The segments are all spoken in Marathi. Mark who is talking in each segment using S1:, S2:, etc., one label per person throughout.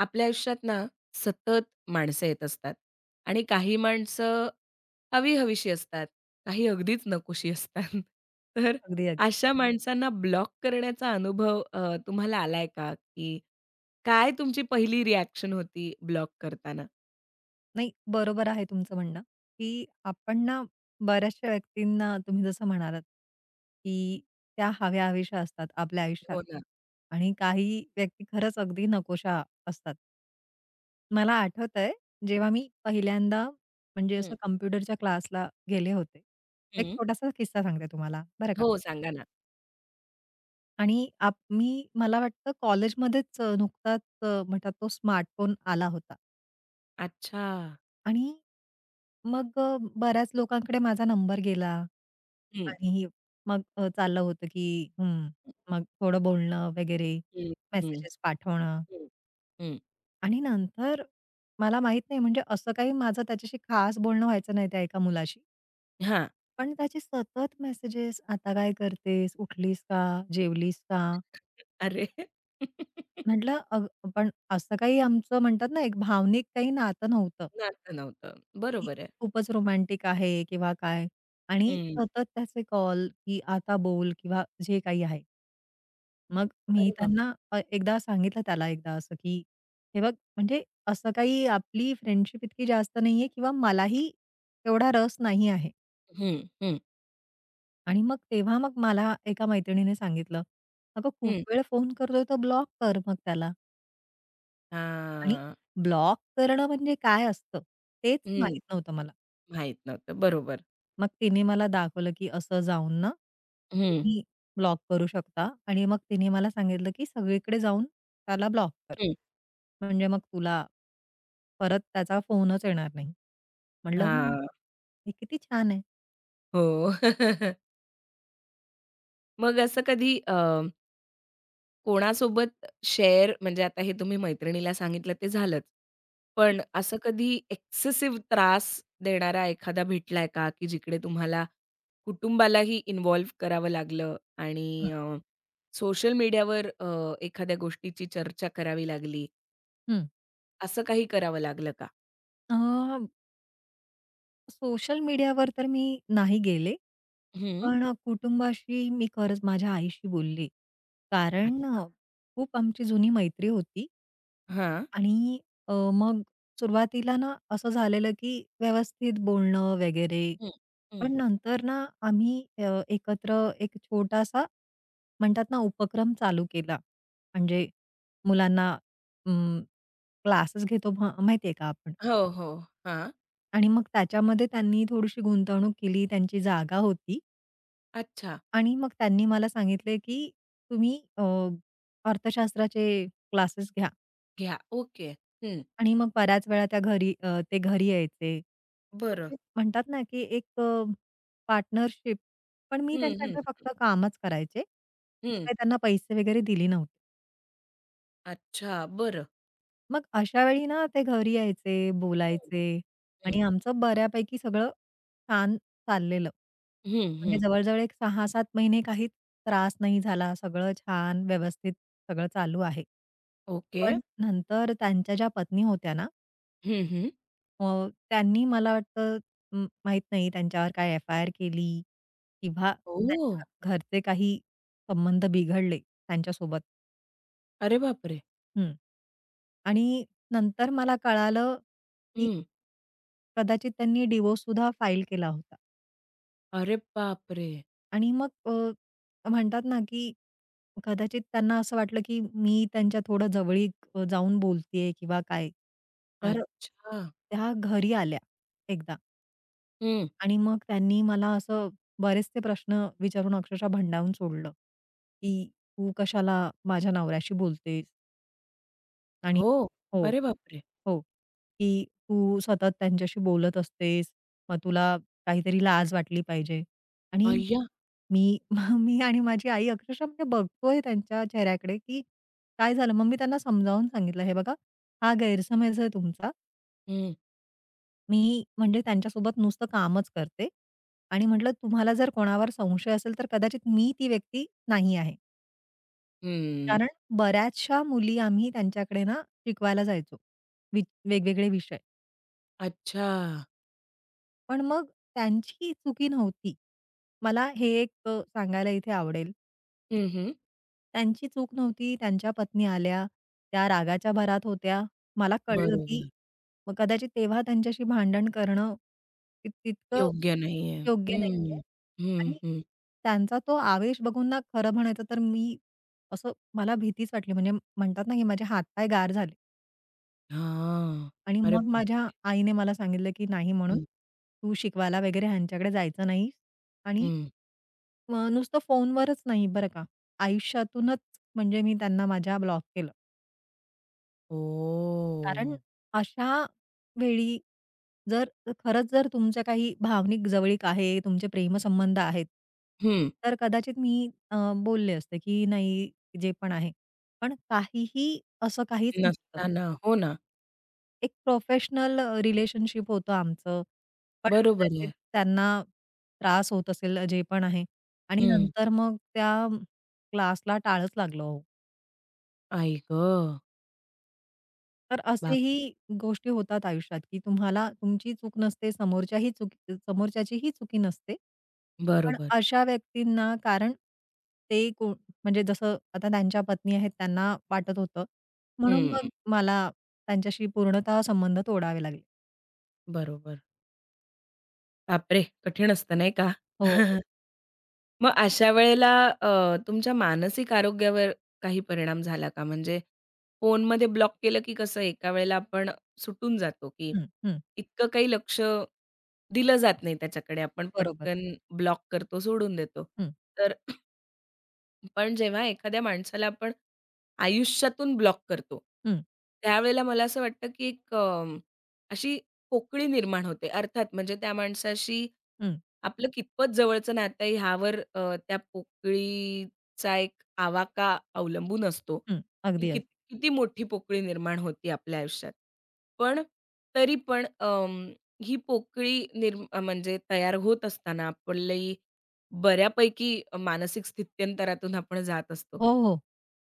S1: आपल्या आयुष्यात ना सतत माणसं येत असतात आणि काही माणसं हवी हवीशी असतात काही अगदीच नकोशी असतात तर
S2: अगदी, अगदी.
S1: अशा माणसांना ब्लॉक करण्याचा अनुभव तुम्हाला आलाय का की काय तुमची पहिली रिॲक्शन होती ब्लॉक करताना
S2: नाही, बरोबर आहे तुमचं म्हणणं, की आपण ना बऱ्याचशा व्यक्तींना तुम्ही जसं म्हणालात, की त्या हव्या-हव्याशा असतात आपल्या आयुष्यात
S1: हो ना
S2: आणि काही व्यक्ती खरंच अगदी नकोशा असतात. मला आठवतंय, जेव्हा मी पहिल्यांदा म्हणजे
S1: हं,
S2: असं कॉम्प्युटरच्या क्लासला गेले होते. एक
S1: हं,
S2: छोटासा किस्सा सांगते तुम्हाला, बरं का.
S1: हो सांगा ना
S2: आणि आप मी मला वाटतं कॉलेजमध्येच नुकताच म्हणतात तो स्मार्टफोन आला होता.
S1: अच्छा
S2: आणि मग बऱ्याच लोकांकडे माझा नंबर गेला
S1: हं,
S2: आणि मग चाललं होतं की हं, मग थोडं बोलणं वगैरे,
S1: हम्म, हं.
S2: मेसेजेस पाठवणं
S1: हं, हं.
S2: आणि नंतर मला माहित नाही म्हणजे असं काही माझं त्याच्याशी खास बोलणं व्हायचं नाही त्या एका मुलाशी.
S1: हा
S2: पण त्याचे सतत मेसेजेस, "आता काय करतेस? उठलीस का? जेवलीस का?"
S1: अरे
S2: म्हटलं अग पण असं काही आमचं म्हणतात ना, एक भावनिक काही नातं नव्हतं.
S1: नातं नव्हतं
S2: की
S1: बरोबर आहे
S2: खूपच रोमॅन्टिक आहे किंवा काय आणि
S1: हम्म.
S2: सतत त्याचे कॉल, की आता बोल किंवा जे काही आहे. मग मी
S1: अरे बाप
S2: त्यांना एकदा सांगितलं त्याला एकदा असं, की "हे बघ म्हणजे असं काही आपली फ्रेंडशिप इतकी जास्त नाहीये किंवा मलाही एवढा रस नाही आहे."
S1: हं, हं,
S2: आणि मग तेव्हा मग मला एका मैत्रिणीने सांगितलं, "अगं खूप
S1: हं.
S2: वेळ फोन करतोय तर ब्लॉक कर मग त्याला." आणि
S1: हां.
S2: ब्लॉक करणं म्हणजे काय असतं तेच
S1: हं.
S2: माहीत नव्हतं मला.
S1: माहीत नव्हतं. बरोबर.
S2: मग तिने मला दाखवलं, की असं जाऊन ना, हं.
S1: हं,
S2: तुम्ही ब्लॉक करू शकता आणि मग तिने मला सांगितलं, की सगळीकडे जाऊन त्याला ब्लॉक कर.
S1: हं.
S2: म्हणजे मग तुला परत त्याचा फोनच येणार नाही. म्हटलं वाह! हं.
S1: हां.
S2: हे किती छान आहे.
S1: हो. मग असं कधी कोणासोबत शेअर म्हणजे आता हे तुम्ही मैत्रिणीला सांगितलं ते झालंच. पण असं कधी एक्सेसिव्ह त्रास देणारा एखादा भेटलाय का? की जिकडे तुम्हाला कुटुंबालाही इन्व्हॉल्व करावं लागलं आणि
S2: हं.
S1: सोशल मीडियावर एखाद्या गोष्टीची चर्चा करावी लागली,
S2: हं.
S1: असं काही करावं लागलं का?
S2: अ, सोशल मीडियावर तर मी नाही गेले.
S1: हं.
S2: पण कुटुंबाशी मी खरंच माझ्या आईशी बोलले. कारण
S1: अच्छा.
S2: खूप आमची जुनी मैत्री होती.
S1: हां.
S2: आणि मग सुरुवातीला ना असं झालेलं, की व्यवस्थित बोलणं वगैरे.
S1: हं,
S2: पण
S1: हं.
S2: हो. नंतर ना आम्ही एकत्र एक छोटासा म्हणतात ना उपक्रम चालू केला. म्हणजे मुलांना अं, क्लासेस घेतो माहिती आहे का आपण?
S1: हो, हो. हां.
S2: आणि मग त्याच्यामध्ये त्यांनी थोडीशी गुंतवणूक केली. त्यांची जागा होती
S1: अच्छा.
S2: आणि मग त्यांनी मला सांगितले, की तुम्ही अर्थशास्त्राचे क्लासेस घ्या.
S1: घ्या. ओके. हं.
S2: आणि मग बऱ्याच वेळा त्या घरी ते घरी यायचे.
S1: बरं.
S2: म्हणजे म्हणतात ना, की एक पार्टनरशिप. पण मी
S1: हं, हं.
S2: त्यांच्याकडे फक्त कामच करायचे. मी
S1: हं.
S2: काही त्यांना पैसे वगैरे दिले नव्हते.
S1: अच्छा. बरं.
S2: मग अशा वेळी ना ते घरी यायचे,
S1: हं,
S2: बोलायचे
S1: हं.
S2: आणि आमचं बऱ्यापैकी सगळं छान चाललेलं. म्हणजे
S1: हं,
S2: जवळ एक 6-7 महिने काहीच त्रास नाही झाला. सगळं छान व्यवस्थित सगळं चालू आहे.
S1: ओके.
S2: पण नंतर त्यांच्या ज्या पत्नी होत्या ना
S1: हं, हं.
S2: त्यांनी मला वाटतं माहीत नाही त्यांच्यावर काय एफ-आय-आर केली किंवा
S1: ओह!
S2: त्यांच्या घरचे काही संबंध बिघडले त्यांच्यासोबत.
S1: अरे बापरे!
S2: हं. आणि नंतर मला कळालं, की
S1: हं.
S2: कदाचित त्यांनी डिव्होर्ससुद्धा फाईल केला होता.
S1: अरे बापरे!
S2: आणि मग म्हणतात ना, की कदाचित त्यांना असं वाटलं, की मी त्यांच्या थोडं जवळीक जाऊन बोलतीये किंवा काय. तर
S1: अच्छा.
S2: त्या घरी आल्या एकदा.
S1: हं.
S2: आणि मग त्यांनी मला असं बरेचसे प्रश्न विचारून अक्षरशः भंडावून सोडलं, की "तू कशाला माझ्या नवऱ्याशी बोलतेस?" आणि
S1: हो.
S2: हो,
S1: अरे बापरे!
S2: हो, की "तू सतत त्यांच्याशी बोलत असतेस, मग तुला काहीतरी लाज वाटली पाहिजे." आणि
S1: अय्या!
S2: मी मी आणि माझी आई अक्षरशः म्हणजे बघतोय त्यांच्या चेहऱ्याकडे, की काय झालं? मग मी त्यांना समजावून सांगितलं, "हे बघा, हा गैरसमज आहे तुमचा.
S1: हं.
S2: मी म्हणजे त्यांच्यासोबत नुसतं कामच करते आणि म्हटलं तुम्हाला जर कोणावर संशय असेल तर कदाचित मी ती व्यक्ती नाही आहे.
S1: हं.
S2: कारण बऱ्याचशा मुली आम्ही त्यांच्याकडे ना शिकवायला जायचो, वि वेगवेगळे विषय.
S1: अच्छा.
S2: पण मग त्यांची चुकी नव्हती. मला हे एक सांगायला इथे आवडेल, की
S1: हं, हं.
S2: त्यांची चूक नव्हती. त्यांच्या पत्नी आल्या, त्या रागाच्या भरात होत्या. मला कळलं, की
S1: बरोबर.
S2: मग कदाचित तेव्हा त्यांच्याशी भांडण करणं तितकं
S1: योग्य नाहीये.
S2: योग्य नाहीये
S1: हं. हं,
S2: आणि
S1: हं.
S2: त्यांचा तो आवेश बघून ना खरं म्हणायचं तर मी असं मला भीतीच वाटली. म्हणजे म्हणतात ना, की माझे हात गार झाले.
S1: हां.
S2: आणि
S1: अरे
S2: मग
S1: बापरे!
S2: माझ्या आईने मला सांगितलं, की नाही म्हणून
S1: हं,
S2: तू शिकवायला वगैरे ह्यांच्याकडे जायचं नाही, आणि
S1: हं.
S2: नुसतं फोनवरच नाही बरं का, आयुष्यातूनच म्हणजे मी त्यांना माझ्या ब्लॉक केलं.
S1: ओह!
S2: कारण अशा वेळी जर खरंच जर तुमच्या काही भावनिक जवळीक आहे, तुमचे प्रेमसंबंध आहेत,
S1: हं.
S2: तर कदाचित मी बोलले असते, की नाही जे पण आहे. पण काहीही असं काहीच नव्हतं.
S1: नसताना. हो ना.
S2: एक प्रोफेशनल रिलेशनशिप होतं आमचं. पण
S1: बरोबर
S2: कदाचित
S1: आहे.
S2: त्यांना त्रास होत असेल जे पण आहे आणि
S1: हं.
S2: नंतर मग त्या क्लासला टाळंच लागलं हो.
S1: आई गं!
S2: तर
S1: बापरे!
S2: असेही गोष्टी होतात आयुष्यात, की तुम्हाला तुमची चूक नसते, समोरच्याही चुकी समोरच्याचीही चुकी नसते. पण
S1: बरोबर.
S2: अशा व्यक्तींना कारण ते कोण म्हणजे जसं आता त्यांच्या पत्नी आहेत त्यांना वाटत होतं. म्हणून
S1: हं.
S2: मग मला त्यांच्याशी पूर्णतः संबंध तोडावे लागले.
S1: बरोबर. बापरे! कठीण असतं नाही का?
S2: हो, हो.
S1: मग अशा वेळेला तुमच्या मानसिक आरोग्यावर काही परिणाम झाला का? म्हणजे फोनमध्ये ब्लॉक केलं की कसं एका वेळेला आपण सुटून जातो, की
S2: हं, हं.
S1: इतकं काही लक्ष दिलं जात नाही त्याच्याकडे. आपण
S2: बरोबर.
S1: पटकन ब्लॉक करतो, सोडून देतो.
S2: हं,
S1: तर पण जेव्हा एखाद्या माणसाला आपण आयुष्यातून ब्लॉक करतो,
S2: हं,
S1: त्यावेळेला मला असं वाटतं की एक अशी पोकळी निर्माण होते. अर्थात म्हणजे त्या माणसाशी
S2: हं,
S1: आपलं कितपत जवळचं नातं आहे ह्यावर त्या पोकळीचा एक आवाका अवलंबून असतो,
S2: हं.
S1: की
S2: अगदी, अगदी.
S1: किती मोठी पोकळी निर्माण होती आपल्या आयुष्यात. पण तरी पण ही पोकळी म्हणजे तयार होत असताना आपली बऱ्यापैकी मानसिक स्थित्यंतरातून आपण जात असतो.
S2: हो, हो.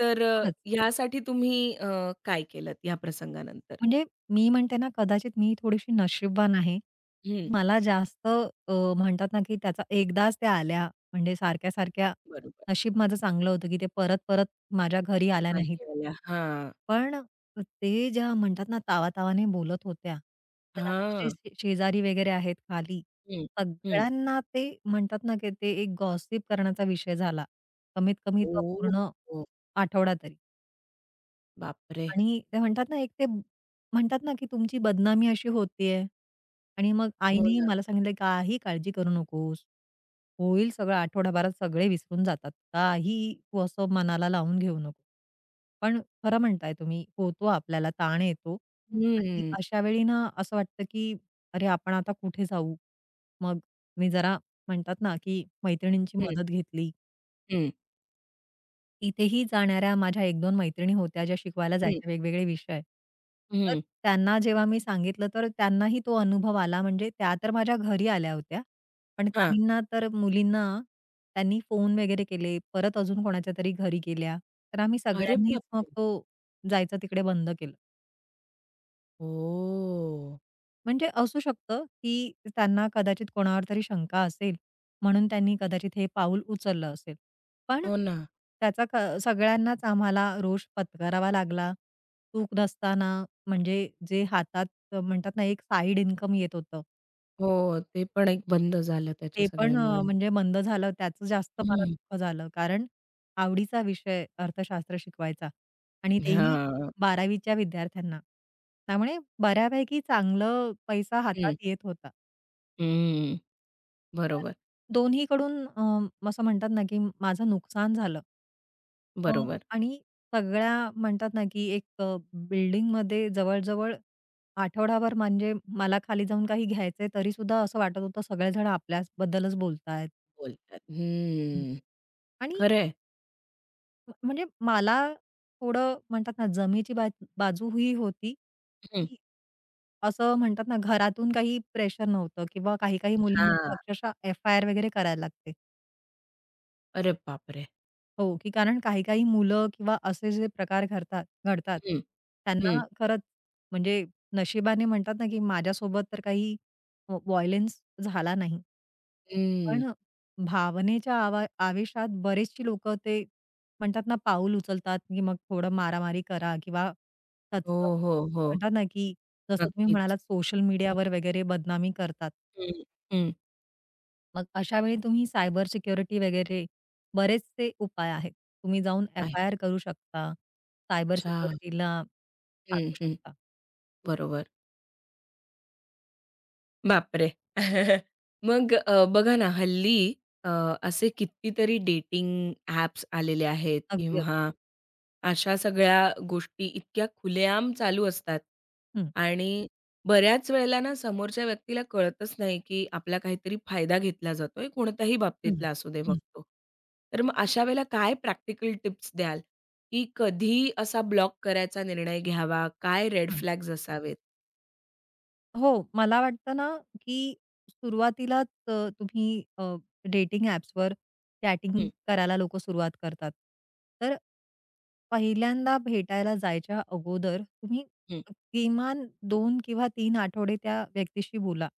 S1: तर
S2: खरंच.
S1: ह्यासाठी तुम्ही काय केलंत या प्रसंगानंतर?
S2: म्हणजे मी म्हणते ना, कदाचित मी थोडीशी नशीबवान आहे. की
S1: हं,
S2: मला जास्त म्हणतात ना, की त्याचा एकदाच त्या आल्या. म्हणजे सारख्या-सारख्या
S1: बरोबर.
S2: नशीब माझं चांगलं होतं, की ते परत-परत माझ्या घरी आल्या नाहीत.
S1: नाही आल्या. हां,
S2: पण ते ज्या म्हणतात ना, तावातावाने बोलत होत्या. तर आमचे जे
S1: हां.
S2: शेजारी वगैरे आहेत खाली,
S1: हं, हं.
S2: सगळ्यांना ते म्हणतात ना, की ते एक गॉसिप करण्याचा विषय झाला. कमीत कमी तो
S1: ओ,
S2: पूर्ण
S1: हो.
S2: आठवडा तरी.
S1: बापरे!
S2: आणि ते म्हणतात ना, एक ते म्हणतात ना, की तुमची बदनामी अशी होतीये आणि मग
S1: हो
S2: आईने
S1: ना.
S2: मला सांगितलं, "काही काळजी करू नकोस. होईल सगळं आठवडाभरात सगळे विसरून जातात. काही तू असं मनाला लावून घेऊ नको." पण खरं म्हणताय तुम्ही, होतो आपल्याला ताण येतो
S1: हं,
S2: आणि
S1: हं,
S2: अशा वेळी ना, असं वाटतं, की अरे, आपण आता कुठे जाऊ? मग मी जरा म्हणतात ना, की मैत्रिणींची मदत घेतली.
S1: हं,
S2: तिथेही जाणाऱ्या माझ्या 1-2 मैत्रिणी होत्या, ज्या शिकवायला
S1: हं,
S2: जायच्या वेगवेगळे विषय. तर
S1: हं.
S2: त्यांना जेव्हा मी सांगितलं, तर त्यांनाही तो अनुभव आला. म्हणजे त्या तर माझ्या घरी आल्या होत्या. पण
S1: हां.
S2: काहींना तर मुलींना त्यांनी फोन वगैरे केले, परत अजून कोणाच्या तरी घरी गेल्या. तर आम्ही
S1: अरे
S2: सगळ्यांनीच मग
S1: बापरे!
S2: तो जायचं तिकडे बंद केलं.
S1: ओह!
S2: म्हणजे असू शकतं, की त्यांना कदाचित कोणावर तरी शंका असेल, म्हणून त्यांनी कदाचित हे पाऊल उचललं असेल. पण
S1: हो ना.
S2: त्याचा क सगळ्यांनाच आम्हाला रोष पत्करावा लागला. चूक नसताना म्हणजे जे हातात म्हणतात ना, एक साइड इन्कम येत होतं,
S1: हो, ते पण एक बंद झालं त्याच्या
S2: ते पण
S1: सगळ्यामुळे.
S2: म्हणजे मंद झालं. त्याचं जास्त मला
S1: हं.
S2: दुःख झालं. कारण आवडीचा विषय अर्थशास्त्र शिकवायचा आणि तेही
S1: हां.
S2: 12वी विद्यार्थ्यांना. त्यामुळे बऱ्यापैकी चांगलं पैसा हातात
S1: हं,
S2: येत होता.
S1: हं.
S2: तर
S1: बरोबर,
S2: दोन्हीकडून असं म्हणतात ना, की माझं नुकसान झालं. अ,
S1: बरोबर.
S2: आणि सगळ्या म्हणतात ना, की एक बिल्डिंगमध्ये जवळ-जवळ आठवडाभर म्हणजे मला खाली जाऊन काही घ्यायचंय तरीसुद्धा असं वाटत होतं सगळेजण आपल्याबद्दलच बोलतायत.
S1: बोलतात.
S2: हं.
S1: हं.
S2: आणि
S1: खरं आहे.
S2: म्हणजे मला थोडं म्हणतात ना, जमेची बा बाजू ही होती,
S1: हं.
S2: की असं म्हणतात ना, घरातून काही प्रेशर नव्हतं किंवा काही-काही मुलींना तर
S1: हां.
S2: अक्षरशः एफ-आय-आर वगैरे करायला लागते.
S1: अरे बापरे!
S2: हो, की कारण काही-काही मुलं किंवा असे जे प्रकार घडतात घडतात,
S1: हं, हं,
S2: त्यांना खरंच म्हणजे नशिबाने म्हणतात ना, की माझ्यासोबत तर काही व्हायलन्स झाला नाही.
S1: हं.
S2: पण भावनेच्या आवेशात बरेचशी लोकं ते म्हणतात ना, पाऊल उचलतात, की मग थोडं मारामारी करा किंवा तत्सम
S1: हो, हो, हो.
S2: म्हणतात ना, की जसं तुम्ही
S1: नक्कीच.
S2: म्हणालात सोशल मीडियावर वगैरे बदनामी करतात.
S1: हं, हं.
S2: मग अशावेळी तुम्ही सायबर सिक्युरिटी वगैरे बरेचसे उपाय आहेत. तुम्ही जाऊन हं. एफ-आय-आर करू शकता. सायबर
S1: अच्छा.
S2: सिक्युरिटीला
S1: हं,
S2: सांगू
S1: हं.
S2: शकता.
S1: बरोबर. बापरे! मग बघा ना, हल्ली अ, असे कितीतरी डेटिंग ॲप्स आलेले आहेत
S2: अगदी, अगदी.
S1: किंवा अशा सगळ्या गोष्टी इतक्या खुलेआम चालू असतात
S2: हं,
S1: आणि बऱ्याच वेळेला ना, समोरच्या व्यक्तीला कळतच नाही, की आपला काहीतरी फायदा घेतला जातोय, कोणत्याही
S2: हं,
S1: बाबतीतला असू दे मग
S2: हं,
S1: तो. तर मग अशा वेळेला काय प्रॅक्टिकल टिप्स द्याल, की कधी असा ब्लॉक करायचा निर्णय घ्यावा? काय रेड
S2: हं.
S1: फ्लॅग्स असावेत?
S2: हो, मला वाटतं ना, की सुरुवातीलाच तुम्ही डेटिंग ॲप्सवर चॅटिंग
S1: हं,
S2: करायला लोकं सुरुवात करतात. तर पहिल्यांदा भेटायला जायच्या अगोदर तुम्ही
S1: हं,
S2: किमान 2 किंवा 3 आठवडे त्या व्यक्तीशी बोला.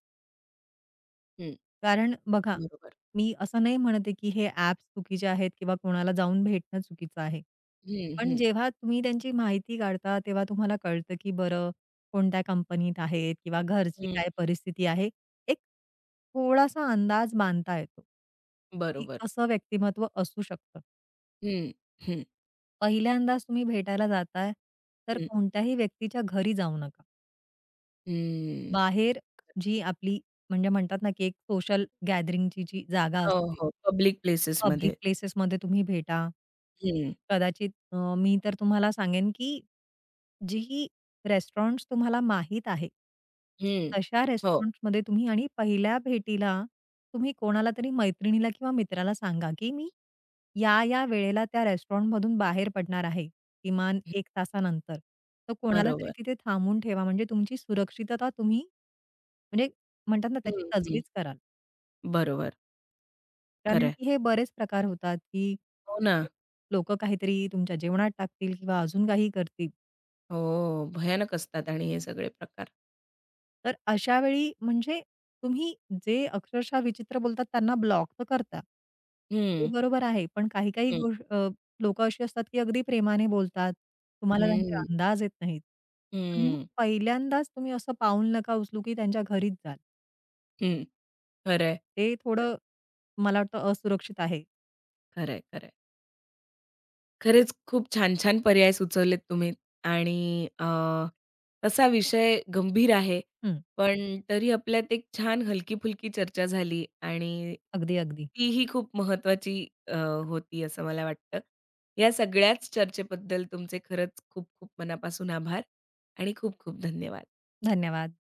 S1: हं.
S2: कारण बघा,
S1: बरोबर.
S2: मी असं नाही म्हणत की हे ॲप्स चुकीचे आहेत किंवा कोणाला जाऊन भेटणं चुकीचं आहे.
S1: हं,
S2: पण
S1: हं.
S2: जेव्हा तुम्ही त्यांची माहिती काढता, तेव्हा तुम्हाला कळतं, की बरं कोणत्या कंपनीत आहेत किंवा घरची
S1: हं,
S2: काय परिस्थिती आहे. एक थोडासा अंदाज बांधता येतो, की
S1: बरोबर.
S2: असं व्यक्तिमत्व असू शकतं.
S1: हं, हं,
S2: पहिल्यांदाच तुम्ही भेटायला जाताय, तर
S1: हं,
S2: कोणत्याही व्यक्तीच्या घरी जाऊ नका.
S1: हं.
S2: बाहेर जी आपली म्हणजे म्हणतात ना, की एक सोशल गॅदरिंगची जी जागा
S1: हो,
S2: असते.
S1: हो. Public
S2: public
S1: प्लेसेसमध्ये.
S2: प्लेसेसमध्ये तुम्ही भेटा.
S1: हं,
S2: कदाचित मी तर तुम्हाला सांगेन, की जी रेस्टॉरंट्स तुम्हाला माहीत आहे,
S1: हं.
S2: तशा
S1: हो,
S2: रेस्टॉरंट्समध्ये तुम्ही आणि पहिल्या भेटीला तुम्ही कोणाला तरी मैत्रिणीला किंवा मित्राला सांगा, की मी या, या वेळेला त्या रेस्टॉरंटमधून बाहेर पडणार आहे. किमान 1 तासानंतर. तर कोणाला तरी
S1: बरोबर.
S2: तिथे थांबून ठेवा म्हणजे तुमची सुरक्षितता तुम्ही म्हणजे म्हणतात ना त्याची
S1: हं, हं.
S2: तजवीज कराल.
S1: बरोबर, खरं
S2: कारण
S1: आहे.
S2: की हे बरेच प्रकार होतात, की
S1: हो ना.
S2: लोकं काहीतरी तुमच्या जेवणात टाकतील किंवा अजून काही करतील.
S1: हो, भयानक असतात आणि हे सगळे प्रकार.
S2: तर अशा वेळी म्हणजे तुम्ही जे अक्षरशः विचित्र बोलतात त्यांना ब्लॉक तर करता. ते
S1: हं,
S2: बरोबर आहे. पण काही-काही
S1: हं.
S2: गोष्ट अशी असतात की अगदी प्रेमाने बोलतात. तुम्हाला त्यांचे
S1: हं,
S2: अंदाज येत नाहीत. पण मग
S1: हं.
S2: पहिल्यांदाच तुम्ही असं पाऊल नका उचलू की त्यांच्या घरीच जाल.
S1: हं. खरं आहे,
S2: ते थोडं मला वाटतं असुरक्षित आहे.
S1: खरं आहे, खरं आहे. खरेच खूप छान-छान पर्याय सुचवलेत तुम्ही आणि तसा विषय गंभीर आहे.
S2: हं.
S1: पण तरी आपल्यात एक छान हलकी-फुलकी चर्चा झाली आणि
S2: अगदी, अगदी.
S1: तीही खूप महत्त्वाची अ, होती असं मला वाटतं. या सगळ्याच चर्चेबद्दल तुमचे खरंच खूप-खूप मनापासून आभार आणि खूप-खूप धन्यवाद.
S2: धन्यवाद.